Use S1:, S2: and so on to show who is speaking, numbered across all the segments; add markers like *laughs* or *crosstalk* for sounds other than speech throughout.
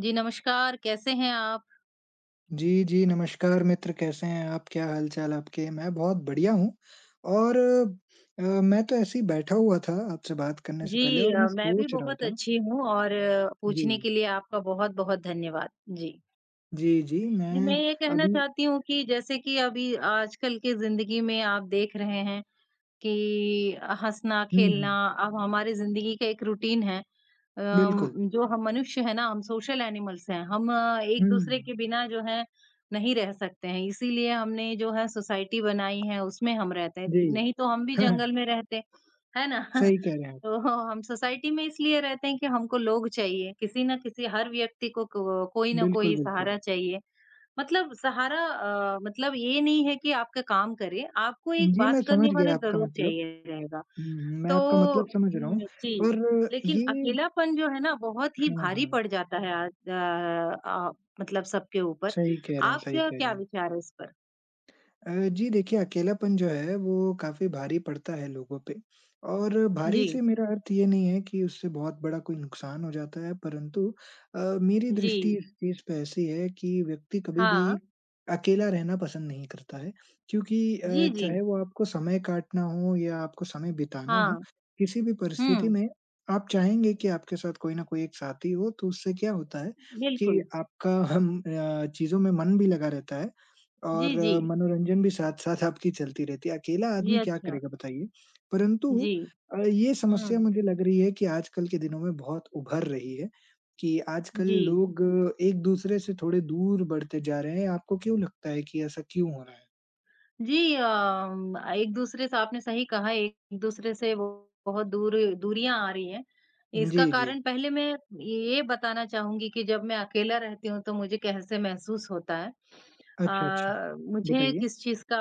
S1: जी, नमस्कार, कैसे हैं आप?
S2: जी, जी, नमस्कार मित्र, कैसे हैं आप? क्या हाल-चाल आपके? मैं बहुत बढ़िया हूँ और मैं तो ऐसे ही बैठा हुआ था आपसे बात करने से
S1: जी
S2: पहले और मैं
S1: मैं भी
S2: सोच रहा
S1: बहुत
S2: था।
S1: अच्छी हूँ और पूछने
S2: जी,
S1: के लिए आपका बहुत-बहुत धन्यवाद। जी।
S2: जी, जी,
S1: जी,
S2: मैं
S1: मैं ये कहना
S2: अभी।
S1: चाहती हूँ कि जैसे कि अभी आजकल की ज़िंदगी में आप देख रहे हैं कि हँसना,
S2: हुँ,
S1: खेलना
S2: हुँ।
S1: अब हमारी ज़िंदगी का एक रूटीन है।
S2: बिल्कुल।
S1: जो हम मनुष्य हैं ना, हम सोशल एनिमल्स हैं। हम
S2: हुँ,
S1: एक-दूसरे के बिना जो है नहीं रह सकते हैं। इसीलिए हमने जो है सोसाइटी बनाई है, उसमें हम रहते हैं।
S2: जी।
S1: नहीं तो हम भी
S2: *laughs*
S1: जंगल में रहते, है ना? *laughs*
S2: सही कह रहे हैं
S1: तो
S2: आप।
S1: हम सोसाइटी में इसलिए रहते हैं कि हमको लोग चाहिए। किसी न किसी हर व्यक्ति को कोई न
S2: बिल्कुल,
S1: कोई
S2: बिल्कुल।
S1: सहारा चाहिए। मतलब सहारा मतलब ये नहीं है कि आपका काम करे, आपको एक
S2: जी,
S1: बात
S2: मैं समझ
S1: करने वाला
S2: गया आपका
S1: ज़रूर
S2: मतलब।
S1: चाहिए रहेगा।
S2: हुँ, मैं
S1: तो
S2: आपका मतलब समझ रहा हूँ।
S1: जी,
S2: पर
S1: लेकिन
S2: ये।
S1: अकेलापन जो है ना बहुत ही
S2: हाँ,
S1: भारी
S2: हाँ,
S1: पड़ जाता है आज मतलब सबके ऊपर।
S2: सही कह रहे हैं, सही
S1: आपका
S2: कह
S1: क्या
S2: रहे हैं।
S1: विचार है इस पर?
S2: अ, जी देखिए, अकेलापन जो है वो काफ़ी भारी पड़ता है लोगों पे और
S1: जी,
S2: भारी से मेरा अर्थ ये नहीं है कि उससे बहुत बड़ा कोई नुकसान हो जाता है, परंतु मेरी दृष्टि
S1: जी,
S2: इस चीज़ पे ऐसी है कि व्यक्ति कभी भी
S1: हाँ।
S2: अकेला रहना पसंद नहीं करता है, क्योंकि
S1: जी, जी,
S2: चाहे वो आपको समय काटना हो या आपको समय बिताना
S1: हाँ,
S2: हो, किसी भी परिस्थिति
S1: हुँ,
S2: में आप चाहेंगे कि आपके साथ कोई ना कोई एक साथी हो, तो उससे क्या होता है कि
S1: बिल्कुल।
S2: आपका हम चीज़ों में मन भी लगा रहता है।
S1: जी,
S2: और
S1: जी,
S2: मनोरंजन भी साथ-साथ आपकी चलती रहती है। अकेला
S1: जी,
S2: आदमी क्या
S1: अच्छा।
S2: करेगा बताइए? परंतु
S1: जी,
S2: ये समस्या
S1: हुँ,
S2: मुझे लग रही है कि आजकल के दिनों में बहुत उभर रही है कि आजकल
S1: जी।
S2: लोग एक-दूसरे से थोड़े दूर बढ़ते जा रहे हैं। आपको क्यों लगता है कि ऐसा क्यों हो रहा है?
S1: जी, एक दूसरे से आपने सही कहा, एक दूसरे से वो बहुत दूर दूरियाँ आ रही हैं। इसका
S2: जी, जी।
S1: कारण पहले मैं ये बताना चाहूँगी कि जब मैं अकेला रहती हूँ, तो मुझे कैसे महसूस होता है।
S2: अच्छा, अच्छा।
S1: मुझे
S2: बताइए।
S1: किस चीज़ का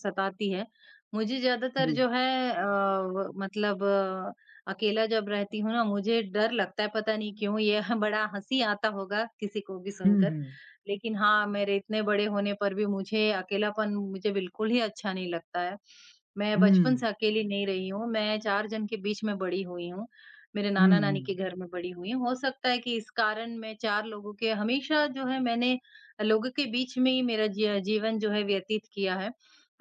S1: सताती है, मुझे ज़्यादातर
S2: जी।
S1: जो है अ, व मतलब अ, अकेला जब रहती हूँ ना, मुझे डर लगता है, पता नहीं क्यों? ये *laughs* बड़ा हँसी आता होगा किसी को भी
S2: हुँ,
S1: सुनकर।
S2: हुँ।
S1: लेकिन हाँ, मेरे इतने बड़े होने पर भी मुझे अकेलापन मुझे बिल्कुल ही अच्छा नहीं लगता है। मैं बचपन
S2: हुँ।
S1: से अकेली नहीं रही हूँ, मैं 4 जन के बीच में बड़ी हुई हूँ। मेरे
S2: हुँ,
S1: नाना-नानी के
S2: हुँ।
S1: घर में बड़ी हुई हूँ। हो सकता है कि इस कारण मैं 4 लोगों के हमेशा जो है मैंने लोगों के बीच में ही मेरा जी जीवन जो है व्यतीत किया है।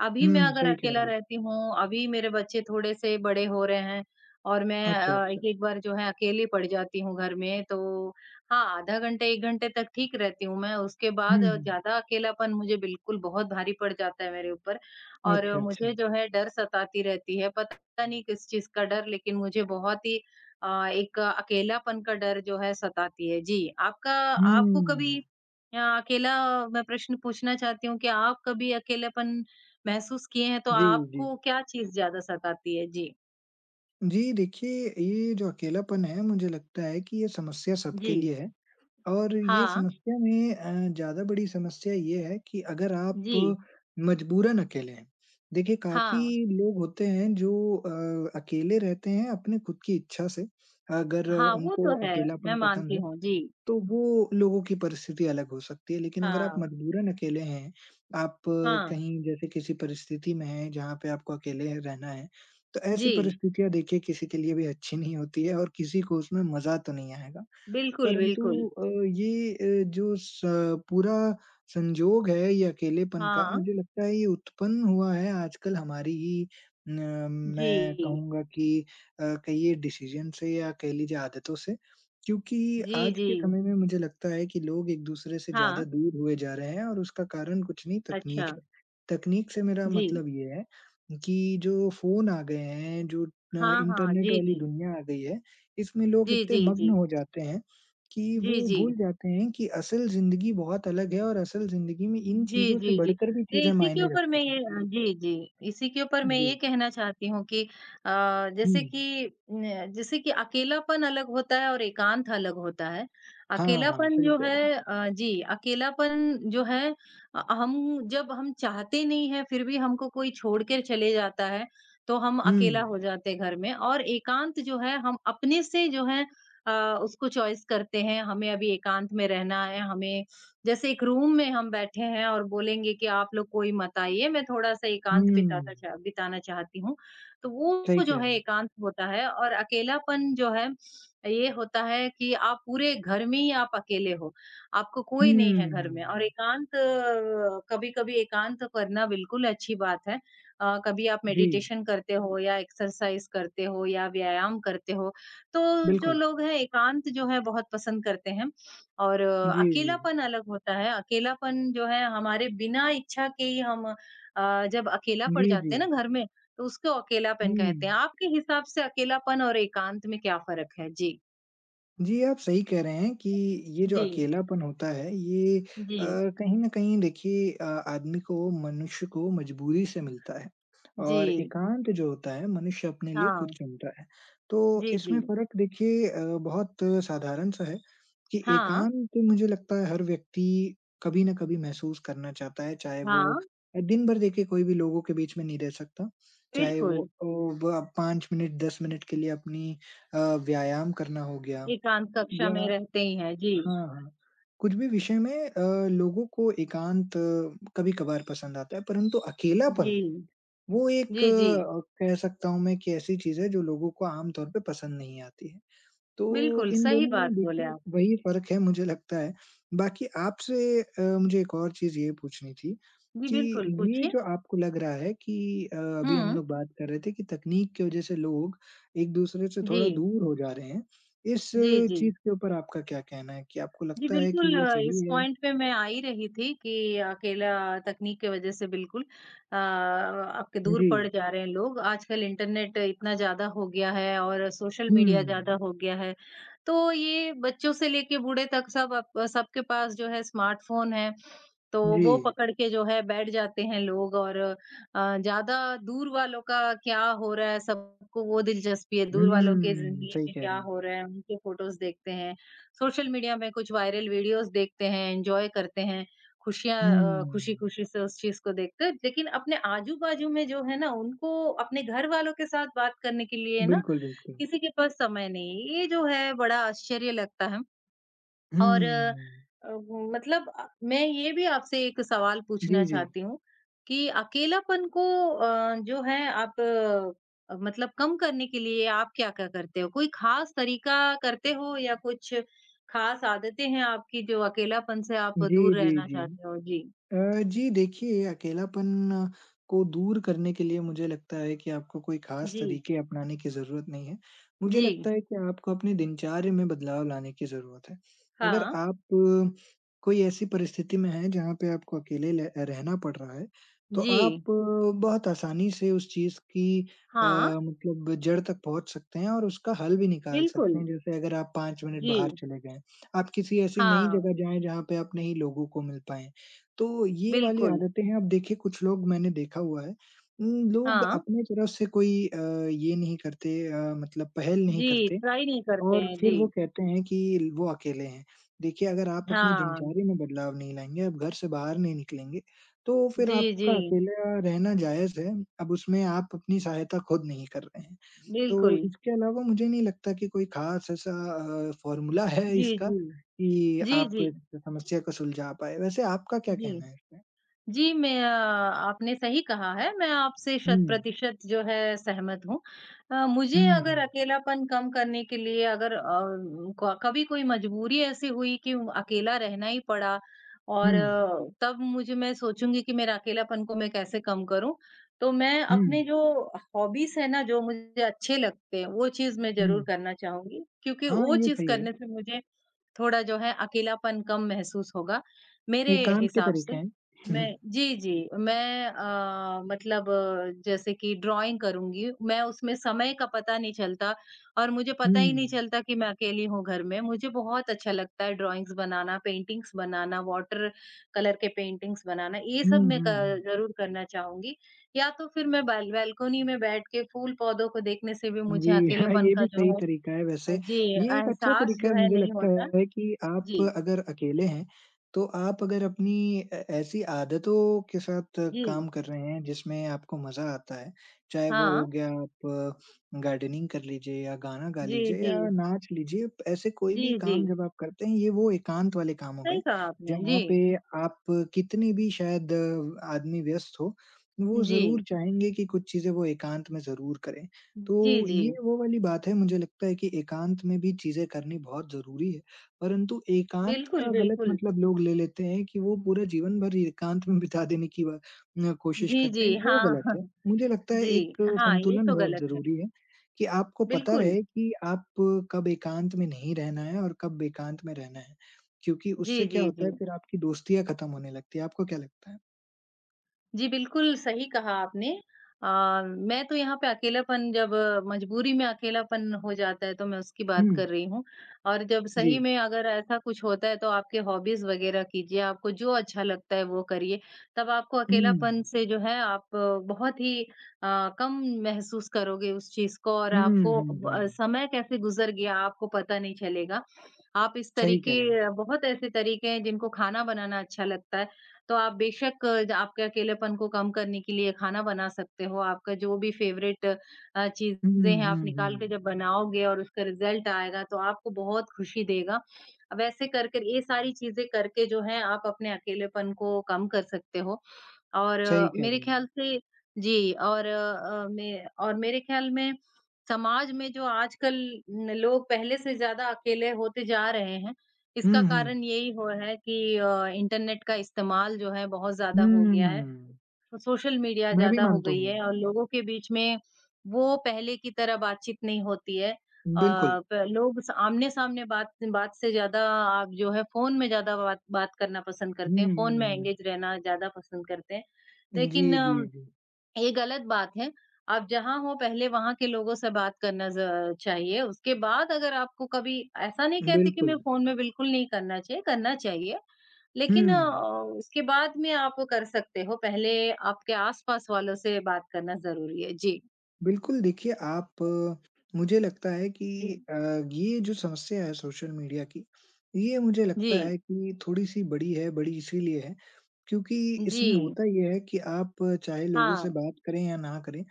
S1: अभी मैं
S2: हुँ,
S1: अगर
S2: सही कह
S1: अकेला
S2: रहे हैं।
S1: रहती हूँ, अभी मेरे बच्चे थोड़े-से बड़े हो रहे हैं और मैं
S2: अच्छा, अच्छा।
S1: एक-एक बार जो है अकेली पड़ जाती हूँ घर में, तो हाँ, आधा घंटे, 1 घंटे तक ठीक रहती हूँ मैं, उसके
S2: हुँ,
S1: बाद
S2: हुँ।
S1: ज़्यादा अकेलापन मुझे बिल्कुल बहुत भारी पड़ जाता है मेरे ऊपर और
S2: अच्छा, अच्छा।
S1: मुझे जो है डर सताती रहती है, पता नहीं किस चीज़ का डर लेकिन मुझे बहुत ही एक अकेलापन का डर जो है सताती है। जी, आपका आपको कभी
S2: हुँ।
S1: अ, अकेला मैं प्रश्न पूछना चाहती हूँ कि आप कभी अकेलापन महसूस किए हैं, तो
S2: जी, जी।
S1: आपको क्या चीज़ ज़्यादा सताती है? जी।
S2: जी, देखिए ये जो अकेलापन है मुझे लगता है कि ये समस्या
S1: जी।
S2: सबके लिए है, और ये
S1: हाँ।
S2: समस्या में ज़्यादा बड़ी समस्या ये है कि अगर आप
S1: जी।
S2: मजबूरन अकेले हैं। देखिए काफ़ी
S1: हाँ।
S2: लोग होते हैं जो अकेले रहते हैं अपने खुद की इच्छा से, अगर
S1: हाँ, वो
S2: उनको
S1: तो है, मैं
S2: अकेलापन पसंद
S1: मानती
S2: है।
S1: हूँ। जी।
S2: तो वो लोगों की परिस्थिति अलग हो सकती है, लेकिन अगर आप
S1: हाँ,
S2: मजबूरन अकेले हैं, आप
S1: हाँ,
S2: कहीं जैसे किसी परिस्थिति में हैं जहाँ पे आपको अकेले रहना है, तो ऐसी
S1: जी,
S2: परिस्थितियाँ देखिए किसी के लिए भी अच्छी नहीं होती है और किसी को उसमें मज़ा तो नहीं आएगा।
S1: बिल्कुल, बिल्कुल।
S2: परंतु ये जो स पूरा संजोग है, ये अकेलेपन का,
S1: हाँ,
S2: मुझे लगता है ये उत्पन्न हुआ है आजकल हमारी ही न मैं
S1: जी,
S2: कहूँगा कि कहिए डिसीज़न से या कह लीजिए आदतों से। क्योंकि
S1: जी,
S2: आज
S1: जी,
S2: के समय में मुझे लगता है कि लोग एक-दूसरे से
S1: हाँ,
S2: ज़्यादा दूर हुए जा रहे हैं और उसका कारण कुछ नहीं
S1: अच्छा,
S2: तकनीक है। तकनीक से मेरा
S1: जी,
S2: मतलब ये है कि जो फ़ोन आ गए हैं, जो न
S1: हाँ, हाँ,
S2: इंटरनेट
S1: जी,
S2: वाली
S1: जी,
S2: दुनिया आ गई है, इसमें लोग
S1: जी,
S2: इतने
S1: जी, जी,
S2: मग्न हो जाते हैं कि
S1: जी,
S2: वो
S1: जी।
S2: भूल जाते हैं कि असल ज़िंदगी बहुत अलग है और असल ज़िंदगी में इन
S1: जी,
S2: चीज़ों से
S1: जी, जी।
S2: बढ़कर भी
S1: जी,
S2: चीज़ें
S1: इसी के
S2: मायने
S1: ऊपर मैं
S2: रखती हैं।
S1: ये जी, जी, इसी के ऊपर मैं
S2: जी।
S1: ये कहना चाहती हूँ कि अ,
S2: हुँ।
S1: जैसे कि न जैसे कि अकेलापन अलग होता है और एकांत अलग होता है।
S2: हाँ, हाँ,
S1: अकेलापन
S2: सही
S1: जो
S2: कह
S1: है
S2: रहे हैं।
S1: जी, अकेलापन जो है हम जब हम चाहते नहीं हैं फिर भी हमको कोई छोड़ के चले जाता है, तो हम अकेला
S2: हुँ,
S1: हो जाते हैं घर में और एकांत जो है हम अपने से जो है उसको चॉइस करते हैं, हमें अभी एकांत में रहना है, हमें जैसे एक रूम में हम बैठे हैं और बोलेंगे कि आप लोग कोई मत आइए, मैं थोड़ा-सा एकांत
S2: हुँ,
S1: बिताता चाह बिताना चाहती हूँ। तो
S2: सही
S1: वो जो
S2: कह
S1: है
S2: रहे हैं।
S1: एकांत होता है और अकेलापन जो है, ये होता है कि आप पूरे घर में ही आप अकेले हो, आपको
S2: हुँ,
S1: कोई नहीं है घर में और एकांत कभी-कभी एकांत करना बिल्कुल अच्छी बात है। कभी आप
S2: जी,
S1: मेडिटेशन करते हो या एक्सरसाइज़ करते हो या व्यायाम करते हो, तो जो
S2: बिल्कुल।
S1: लोग हैं एकांत जो है बहुत पसंद करते हैं। और
S2: जी, जी।
S1: अकेलापन अलग होता है, अकेलापन जो है हमारे बिना इच्छा के ही जब अकेला पड़
S2: जी, जी।
S1: जाते हैं ना घर में, तो उसको अकेलापन कहते हैं।
S2: हुँ।
S1: आपके हिसाब से अकेलापन और एकांत में क्या फ़र्क है? जी।
S2: जी, आप सही कह रहे हैं कि ये जो
S1: जी,
S2: अकेलापन होता है ये
S1: जी,
S2: कहीं न कहीं देखिए आदमी को मनुष्य को मजबूरी से मिलता है और
S1: जी।
S2: एकांत जो होता है मनुष्य अपने लिए खुद
S1: हाँ।
S2: चुनता है। तो
S1: जी, जी।
S2: इसमें फ़र्क देखिए बहुत साधारण-सा है कि
S1: हाँ,
S2: एकांत मुझे लगता है हर व्यक्ति कभी न कभी महसूस करना चाहता है, चाहे वो
S1: हाँ,
S2: दिन भर देखिए कोई भी लोगों के बीच में नहीं रह सकता, चाहे वो
S1: बिल्कुल।
S2: ब 5 मिनट 10 मिनट के लिए अपनी अ, व्यायाम करना हो गया
S1: एकांत कक्षा
S2: या
S1: में रहते ही हैं। जी,
S2: हाँ, हाँ। कुछ भी विषय में लोगों को एकांत कभी-कभार पसंद आता है, परंतु
S1: जी।
S2: अकेलापन वो एक
S1: जी, जी।
S2: कह सकता हूँ मैं कि ऐसी चीज़ है जो लोगों को आम तौर पे पसंद नहीं आती है। तो
S1: बिल्कुल,
S2: इन
S1: सही
S2: दोनों में
S1: बात बोले
S2: देखिए
S1: आप।
S2: वही फ़र्क है मुझे लगता है। बाकी आपसे मुझे एक और चीज़ ये पूछनी थी
S1: जी,
S2: कि
S1: बिल्कुल,
S2: ये
S1: पूछिए।
S2: जो आपको लग रहा है कि अभी हम
S1: हुँ।
S2: लोग बात कर रहे थे कि तकनीक की वज़ह से लोग एक-दूसरे से
S1: जी,
S2: थोड़ा दूर हो जा रहे हैं। इस
S1: जी, जी।
S2: चीज़ के ऊपर आपका क्या कहना है कि आपको
S1: जी,
S2: लगता है कि
S1: बिल्कुल
S2: ये
S1: इस
S2: सही है?
S1: पॉइंट पे मैं आ ही रही थी कि अकेला तकनीक की वज़ह से बिल्कुल आपके दूर
S2: जी।
S1: पड़ जा रहे हैं लोग। आजकल इंटरनेट इतना ज़्यादा हो गया है और सोशल मीडिया
S2: हुँ।
S1: ज़्यादा हो गया है। तो ये बच्चों से लेके बूढ़े तक सब अब सबके पास जो है स्मार्टफ़ोन है तो
S2: जी।
S1: वो पकड़ के जो है बैठ जाते हैं लोग और ज़्यादा दूर वालों का क्या हो रहा है सबको वो दिलचस्पी है, दूर वालों के
S2: हुँ,
S1: ज़िंदगी
S2: सही
S1: में
S2: कह
S1: क्या
S2: रहे हैं।
S1: हो रहा है, उनके फ़ोटोज़ देखते हैं। सोशल मीडिया में कुछ वायरल वीडियोज़ देखते हैं, एन्जॉय करते हैं,
S2: हुँ।
S1: खुशी-खुशी से उस चीज़ को देखते हैं। लेकिन अपने आजू-बाजू में जो है ना, उनको अपने घर वालों के साथ बात करने के लिए ना,
S2: बिल्कुल, बिल्कुल।
S1: किसी के पास समय नहीं है। ये जो है बड़ा आश्चर्य लगता है।
S2: हुँ।
S1: और मैं ये भी आपसे एक सवाल पूछना
S2: जी, जी।
S1: चाहती हूँ कि अकेलापन को जो है आप मतलब कम करने के लिए आप क्या-क्या करते हो? कोई खास तरीका करते हो या कुछ खास आदतें हैं आपकी जो अकेलापन से आप
S2: जी,
S1: दूर
S2: जी,
S1: रहना
S2: जी।
S1: चाहते हो? जी,
S2: जी देखिए, अकेलापन को दूर करने के लिए मुझे लगता है कि आपको कोई ख़ास
S1: जी,
S2: तरीके अपनाने की ज़रूरत नहीं है। मुझे
S1: जी,
S2: लगता है कि आपको अपने दिनचर्या में बदलाव लाने की ज़रूरत है। अगर
S1: हाँ,
S2: आप कोई ऐसी परिस्थिति में हैं जहाँ पे आपको अकेले ल रहना पड़ रहा है, तो आप
S1: जी,
S2: बहुत आसानी से उस चीज़ की
S1: हाँ,
S2: मतलब जड़ तक पहुँच सकते हैं और उसका हल भी निकाल सकते
S1: बिल्कुल,
S2: हैं। जैसे अगर आप 5 मिनट बाहर
S1: जी,
S2: चले गए, आप किसी ऐसी नई
S1: हाँ,
S2: जगह जाएँ जहाँ पे आप नए लोगों को मिल पाएँ। तो ये वाली
S1: बिल्कुल,
S2: आदतें हैं, अब देखिए कुछ लोग मैंने देखा हुआ है। लोग
S1: हाँ,
S2: अपने तरफ से कोई ये नहीं करते, मतलब पहल नहीं
S1: जी,
S2: करते
S1: ट्राई नहीं करते
S2: और
S1: हैं,
S2: फिर वो
S1: जी,
S2: कहते हैं कि वो अकेले हैं। देखिए अगर आप अपनी
S1: हाँ,
S2: दिनचर्या में बदलाव नहीं लाएँगे, आप घर से बाहर नहीं निकलेंगे, तो फिर
S1: जी, जी।
S2: आपका अकेला रहना जायज़ है। अब उसमें आप अपनी सहायता खुद नहीं कर रहे हैं। तो
S1: बिल्कुल।
S2: इसके अलावा मुझे नहीं लगता कि कोई खास ऐसा फ़ॉर्मूला है
S1: जी,
S2: इसका
S1: जी।
S2: कि
S1: जी,
S2: आप
S1: जी।
S2: इस समस्या को सुलझा पाएँ। वैसे आपका क्या
S1: जी।
S2: कहना है इस पे?
S1: जी, मैं आपने सही कहा है, मैं आपसे शत
S2: हुँ,
S1: प्रतिशत जो है सहमत हूँ।
S2: हुँ,
S1: मुझे अगर
S2: हुँ,
S1: अकेलापन कम करने के लिए अगर अ, क कभी कोई मजबूरी ऐसी हुई कि अकेला रहना ही पड़ा
S2: हुँ,
S1: और तब मुझे मैं सोचूँगी कि मेरा अकेलापन को मैं कैसे कम करूँ। तो मैं
S2: हुँ,
S1: अपने जो हॉबीज़ हैं ना, जो मुझे अच्छे लगते हैं, वो चीज़ मैं ज़रूर
S2: हुँ।
S1: करना चाहूँगी, क्योंकि
S2: हाँ,
S1: वो
S2: ये
S1: चीज़
S2: सही है।
S1: करने से मुझे थोड़ा जो है अकेलापन कम महसूस होगा, मेरे
S2: एकांत के
S1: हिसाब
S2: तरीके
S1: से।
S2: हैं। *laughs* हुँ,
S1: मैं जी, जी। मैं मतलब जैसे कि ड्राइंग करूँगी, मैं उसमें समय का पता नहीं चलता और मुझे पता ही नहीं
S2: हुँ,
S1: चलता कि मैं अकेली हूँ घर में। मुझे बहुत अच्छा लगता है ड्राइंग्स बनाना, पेंटिंग्स बनाना, वाटर कलर के पेंटिंग्स बनाना, ये
S2: हुँ,
S1: सब मैं क
S2: हुँ, हुँ।
S1: ज़रूर करना चाहूँगी। या तो फिर मैं बालकनी में बैठ के फूल-पौधों को देखने से भी मुझे
S2: जी, हाँ,
S1: अकेलेपन
S2: ये
S1: का
S2: भी
S1: जो
S2: सही
S1: है
S2: तरीका है वैसे।
S1: जी,
S2: ये एक अच्छा
S1: एहसास
S2: तरीका है
S1: जो है
S2: मुझे
S1: नहीं
S2: लगता
S1: होता।
S2: है कि आप
S1: जी।
S2: अगर अकेले हैं, तो आप अगर अपनी ए ऐसी आदतों के साथ काम
S1: जी,
S2: कर रहे हैं जिसमें आपको मज़ा आता है, चाहे वो
S1: हाँ।
S2: हो गया, आप गार्डनिंग कर लीजिए या गाना गा
S1: जी,
S2: लीजिए
S1: जी।
S2: या नाच लीजिए। ऐसे कोई
S1: जी,
S2: भी
S1: जी।
S2: काम जब आप करते हैं, ये वो एकांत वाले काम हो गए,
S1: सही कहा आपने।
S2: जहाँ
S1: जी,
S2: पे आप कितने भी शायद आदमी व्यस्त हो, वो
S1: जी।
S2: ज़रूर चाहेंगे कि कुछ चीज़ें वो एकांत में ज़रूर करें। तो
S1: जी, जी।
S2: ये वो वाली बात है मुझे लगता है कि एकांत में भी चीज़ें करनी बहुत ज़रूरी है, परंतु एकांत
S1: बिल्कुल,
S2: का गलत
S1: बिल्कुल।
S2: मतलब लोग ले लेते हैं कि वो पूरा जीवन भर एकांत में बिता देने की ब कोशिश
S1: जी,
S2: करते हैं,
S1: जी।
S2: वो
S1: हाँ,
S2: गलत है।
S1: *laughs*
S2: मुझे लगता है एक
S1: जी। हाँ, ये
S2: संतुलन
S1: तो
S2: बहुत
S1: गलत है।
S2: ज़रूरी है, कि आपको पता
S1: बिल्कुल।
S2: रहे कि आप कब एकांत में नहीं रहना है और कब एकांत में रहना है, क्योंकि
S1: जी,
S2: उससे क्या
S1: जी,
S2: होता
S1: जी।
S2: है फिर आपकी दोस्तियाँ खत्म होने लगती है, आपको क्या लगता है?
S1: जी, बिल्कुल सही कहा आपने। अ, मैं तो यहाँ पे अकेलापन जब मजबूरी में अकेलापन हो जाता है, तो मैं उसकी
S2: हुँ,
S1: बात कर रही हूँ। और जब
S2: जी।
S1: सही में अगर ऐसा कुछ होता है, तो आपके हॉबीज़ वगैरह कीजिए, आपको जो अच्छा लगता है वो करिए। तब आपको
S2: हुँ,
S1: अकेलापन से जो है आप बहुत ही कम महसूस करोगे उस चीज़ को और
S2: हुँ,
S1: आपको
S2: हुँ, हुँ,
S1: समय कैसे गुज़र गया आपको पता नहीं चलेगा। आप इस
S2: सही कह रहे हैं।
S1: तरीके बहुत ऐसे तरीके हैं जिनको खाना बनाना अच्छा लगता है, तो आप बेशक आपके अकेलेपन को कम करने के लिए खाना बना सकते हो। आपका जो भी फ़ेवरेट
S2: हुँ,
S1: चीज़ें हैं, आप
S2: हुँ,
S1: निकाल के
S2: हुँ।
S1: जब बनाओगे और उसका रिज़ल्ट आएगा, तो आपको बहुत खुशी देगा। वैसे करके ये सारी चीज़ें करके जो है, आप अपने अकेलेपन को कम कर सकते हो और
S2: सही कह
S1: मेरे
S2: रहे हैं।
S1: ख़्याल से जी, और अ, मैं और मेरे ख़्याल में समाज में जो आजकल न लोग पहले से ज़्यादा अकेले होते जा रहे हैं, इसका
S2: हुँ, हुँ।
S1: कारण यही हो रहा है कि इंटरनेट का इस्तेमाल जो है बहुत ज़्यादा हो गया है।
S2: हुँ,
S1: तो सोशल मीडिया
S2: मैं भी
S1: ज़्यादा हो
S2: मानता
S1: गई
S2: हूँ ये।
S1: है और लोगों के बीच में वो पहले की तरह बातचीत नहीं होती है। अ,
S2: बिल्कुल।
S1: प लोग आमने-सामने बात बात से ज़्यादा आप जो है फ़ोन में ज़्यादा बात बात करना पसंद करते हैं,
S2: हुँ, हुँ,
S1: फ़ोन में
S2: हुँ।
S1: एंगेज रहना ज़्यादा पसंद करते हैं।
S2: जी,
S1: लेकिन
S2: जी, जी।
S1: ये गलत बात है। आप जहाँ हो पहले वहाँ के लोगों से बात करना ज चाहिए। उसके बाद अगर आपको कभी ऐसा नहीं कहती कि मैं
S2: बिल्कुल।
S1: फ़ोन में बिल्कुल नहीं करना चाहिए, करना चाहिए।
S2: हुँ।
S1: लेकिन उसके बाद में आप वो कर सकते हो। पहले आपके आस-पास वालों से बात करना ज़रूरी है। जी।
S2: बिल्कुल देखिए आप मुझे लगता है कि
S1: जी।
S2: ये जो समस्या है सोशल मीडिया की, ये मुझे लगता
S1: जी।
S2: है कि थोड़ी-सी बड़ी है, बड़ी इसीलिए है क्योंकि
S1: जी।
S2: इसमें होता ये है कि आप चाहे लोगों से
S1: हाँ।
S2: बात करें या ना करें,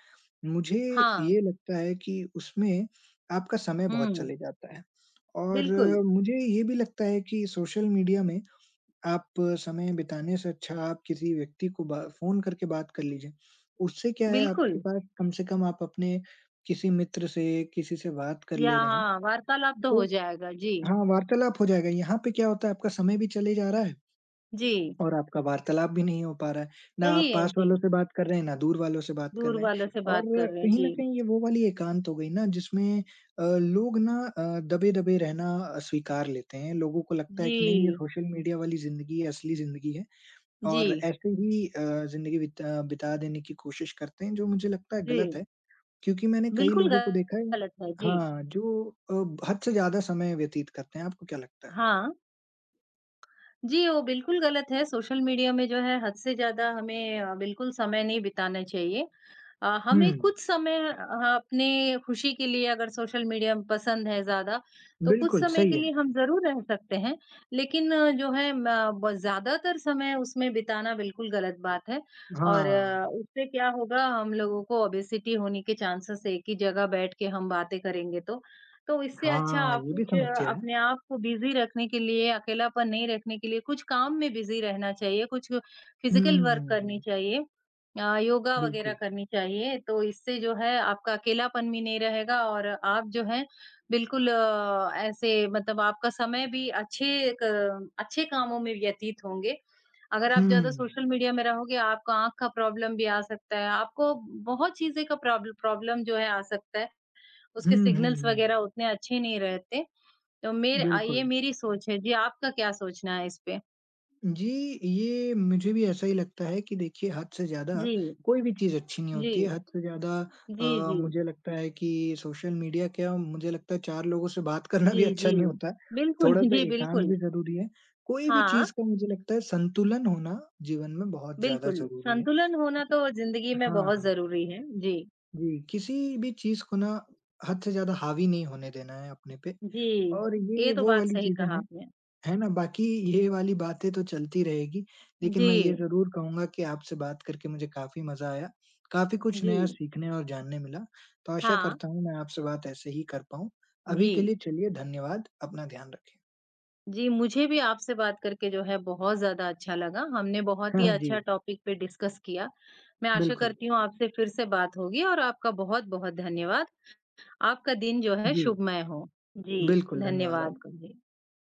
S2: मुझे
S1: हाँ।
S2: ये लगता है कि उसमें आपका समय बहुत
S1: हुँ।
S2: चले जाता है। और
S1: बिल्कुल,
S2: मुझे ये भी लगता है कि सोशल मीडिया में आप समय बिताने से अच्छा आप किसी व्यक्ति को बा फ़ोन करके बात कर लीजिए। उससे क्या है आपके
S1: बिल्कुल।
S2: पास कम से कम आप अपने किसी मित्र से, किसी से बात कर
S1: या
S2: ले रहे हैं,
S1: हाँ, वार्तालाप तो
S2: तो
S1: हो जाएगा। जी।
S2: हाँ, वार्तालाप हो जाएगा। यहाँ पे क्या होता है आपका समय भी चले जा रहा है
S1: जी।
S2: और आपका वार्तालाप भी नहीं हो पा रहा है। ना
S1: सही
S2: आप
S1: है।
S2: पास
S1: जी।
S2: वालों से बात कर रहे हैं, ना दूर वालों से बात कर
S1: दूर
S2: रहे हैं,
S1: वालों से
S2: और
S1: बात कर रहे हैं।
S2: कहीं
S1: जी।
S2: न कहीं ये वो वाली एकांत हो गई ना जिसमें लोग ना दबे-दबे रहना स्वीकार लेते हैं। लोगों को लगता है कि नहीं ये
S1: जी।
S2: सोशल मीडिया वाली ज़िंदगी है, असली ज़िंदगी है, और
S1: जी,
S2: ऐसे ही ज़िंदगी बिता बिता देने की कोशिश करते हैं जो मुझे लगता है गलत
S1: जी,
S2: है। क्योंकि मैंने कई
S1: बिल्कुल
S2: लोगों को देखा है,
S1: गलत है, जी।
S2: हाँ, जो अ, हद से ज़्यादा समय व्यतीत करते हैं। आपको क्या लगता है?
S1: हाँ, जी, वो बिल्कुल गलत है, सोशल मीडिया में जो है हद से ज़्यादा हमें बिल्कुल समय नहीं बिताना चाहिए।
S2: हुँ,
S1: हमें कुछ समय अपने खुशी के लिए अगर सोशल मीडिया पसंद है ज़्यादा, तो कुछ
S2: बिल्कुल
S1: समय
S2: सही
S1: के
S2: है।
S1: लिए हम ज़रूर रह सकते हैं, लेकिन जो है म ब ज़्यादातर समय उसमें बिताना बिल्कुल गलत बात है और
S2: हाँ।
S1: उससे क्या होगा, हम लोगों को ओबेसिटी होने के चांसेस है। एक ही जगह बैठ के हम बातें करेंगे तो। तो इससे अच्छा
S2: हाँ,
S1: आप
S2: ये भी
S1: कुछ
S2: समस्या है।
S1: अपने आप को बिज़ी रखने के लिए, अकेलापन नहीं रखने के लिए कुछ काम में बिज़ी रहना चाहिए, कुछ
S2: हुँ,
S1: फिज़िकल वर्क
S2: हुँ,
S1: करनी
S2: हुँ।
S1: चाहिए। योगा वग़ैरह
S2: बिल्कुल।
S1: करनी चाहिए, तो इससे जो है आपका अकेलापन भी नहीं रहेगा और आप जो है बिल्कुल ऐसे मतलब आपका समय भी अच्छे कामों में व्यतीत होंगे। अगर आप ज़्यादा
S2: हुँ।
S1: सोशल मीडिया में रहोगे, आपको आँख का प्रॉब्लम भी आ सकता है, आपको बहुत चीज़ें का प्रॉब्लम जो है आ सकता है। उसके
S2: हुँ, हुँ,
S1: सिग्नल्स
S2: हुँ।
S1: वगैरह उतने अच्छे नहीं रहते। तो ये
S2: बिल्कुल।
S1: मेरी सोच है। जी, आपका क्या सोचना है इस पे?
S2: जी, ये मुझे भी ऐसा ही लगता है कि देखिए हद से ज़्यादा
S1: जी,
S2: कोई भी चीज़ अच्छी नहीं होती है।
S1: जी,
S2: हद से ज़्यादा
S1: जी, जी,
S2: मुझे लगता है कि सोशल मीडिया क्या, मुझे लगता है 4 लोगों से बात करना
S1: जी,
S2: भी
S1: जी।
S2: अच्छा नहीं होता है।
S1: बिल्कुल, *laughs*
S2: थोड़ा-सा
S1: जी,
S2: एकांत
S1: बिल्कुल।
S2: भी ज़रूरी है। कोई भी
S1: हाँ,
S2: चीज़ का मुझे लगता है संतुलन होना जीवन में बहुत ज़्यादा
S1: बिल्कुल,
S2: ज़रूरी है।
S1: संतुलन होना तो ज़िंदगी में
S2: हाँ,
S1: बहुत
S2: हाँ।
S1: ज़रूरी है। जी,
S2: जी, किसी भी चीज़ को ना हद से ज़्यादा हावी नहीं होने देना है अपने पे।
S1: जी,
S2: और
S1: ये
S2: ये
S1: तो
S2: वो
S1: बात
S2: वाली
S1: सही
S2: चीज़ें
S1: कहा
S2: हैं,
S1: आपने।
S2: है ना? बाकी ये वाली बातें तो चलती रहेगी, लेकिन
S1: जी,
S2: मैं ये ज़रूर कहूँगा कि आपसे बात करके मुझे काफ़ी मज़ा आया। काफ़ी कुछ
S1: जी,
S2: नया सीखने और जानने मिला, तो आशा
S1: हाँ,
S2: करता हूँ मैं आपसे बात ऐसे ही कर पाऊँ। अभी
S1: जी।
S2: के लिए चलिए धन्यवाद, अपना ध्यान रखें।
S1: जी, मुझे भी आपसे बात करके जो है बहुत ज़्यादा अच्छा लगा। हमने बहुत ही
S2: हाँ जी,
S1: अच्छा टॉपिक पे डिस्कस किया। मैं आशा
S2: बिल्कुल।
S1: करती हूँ आपसे फिर से बात होगी और आपका बहुत-बहुत धन्यवाद। आपका दिन जो है
S2: जी,
S1: शुभमय हो। जी,
S2: बिल्कुल, धन्यवाद
S1: धन्यवाद।
S2: आपका भी।
S1: जी।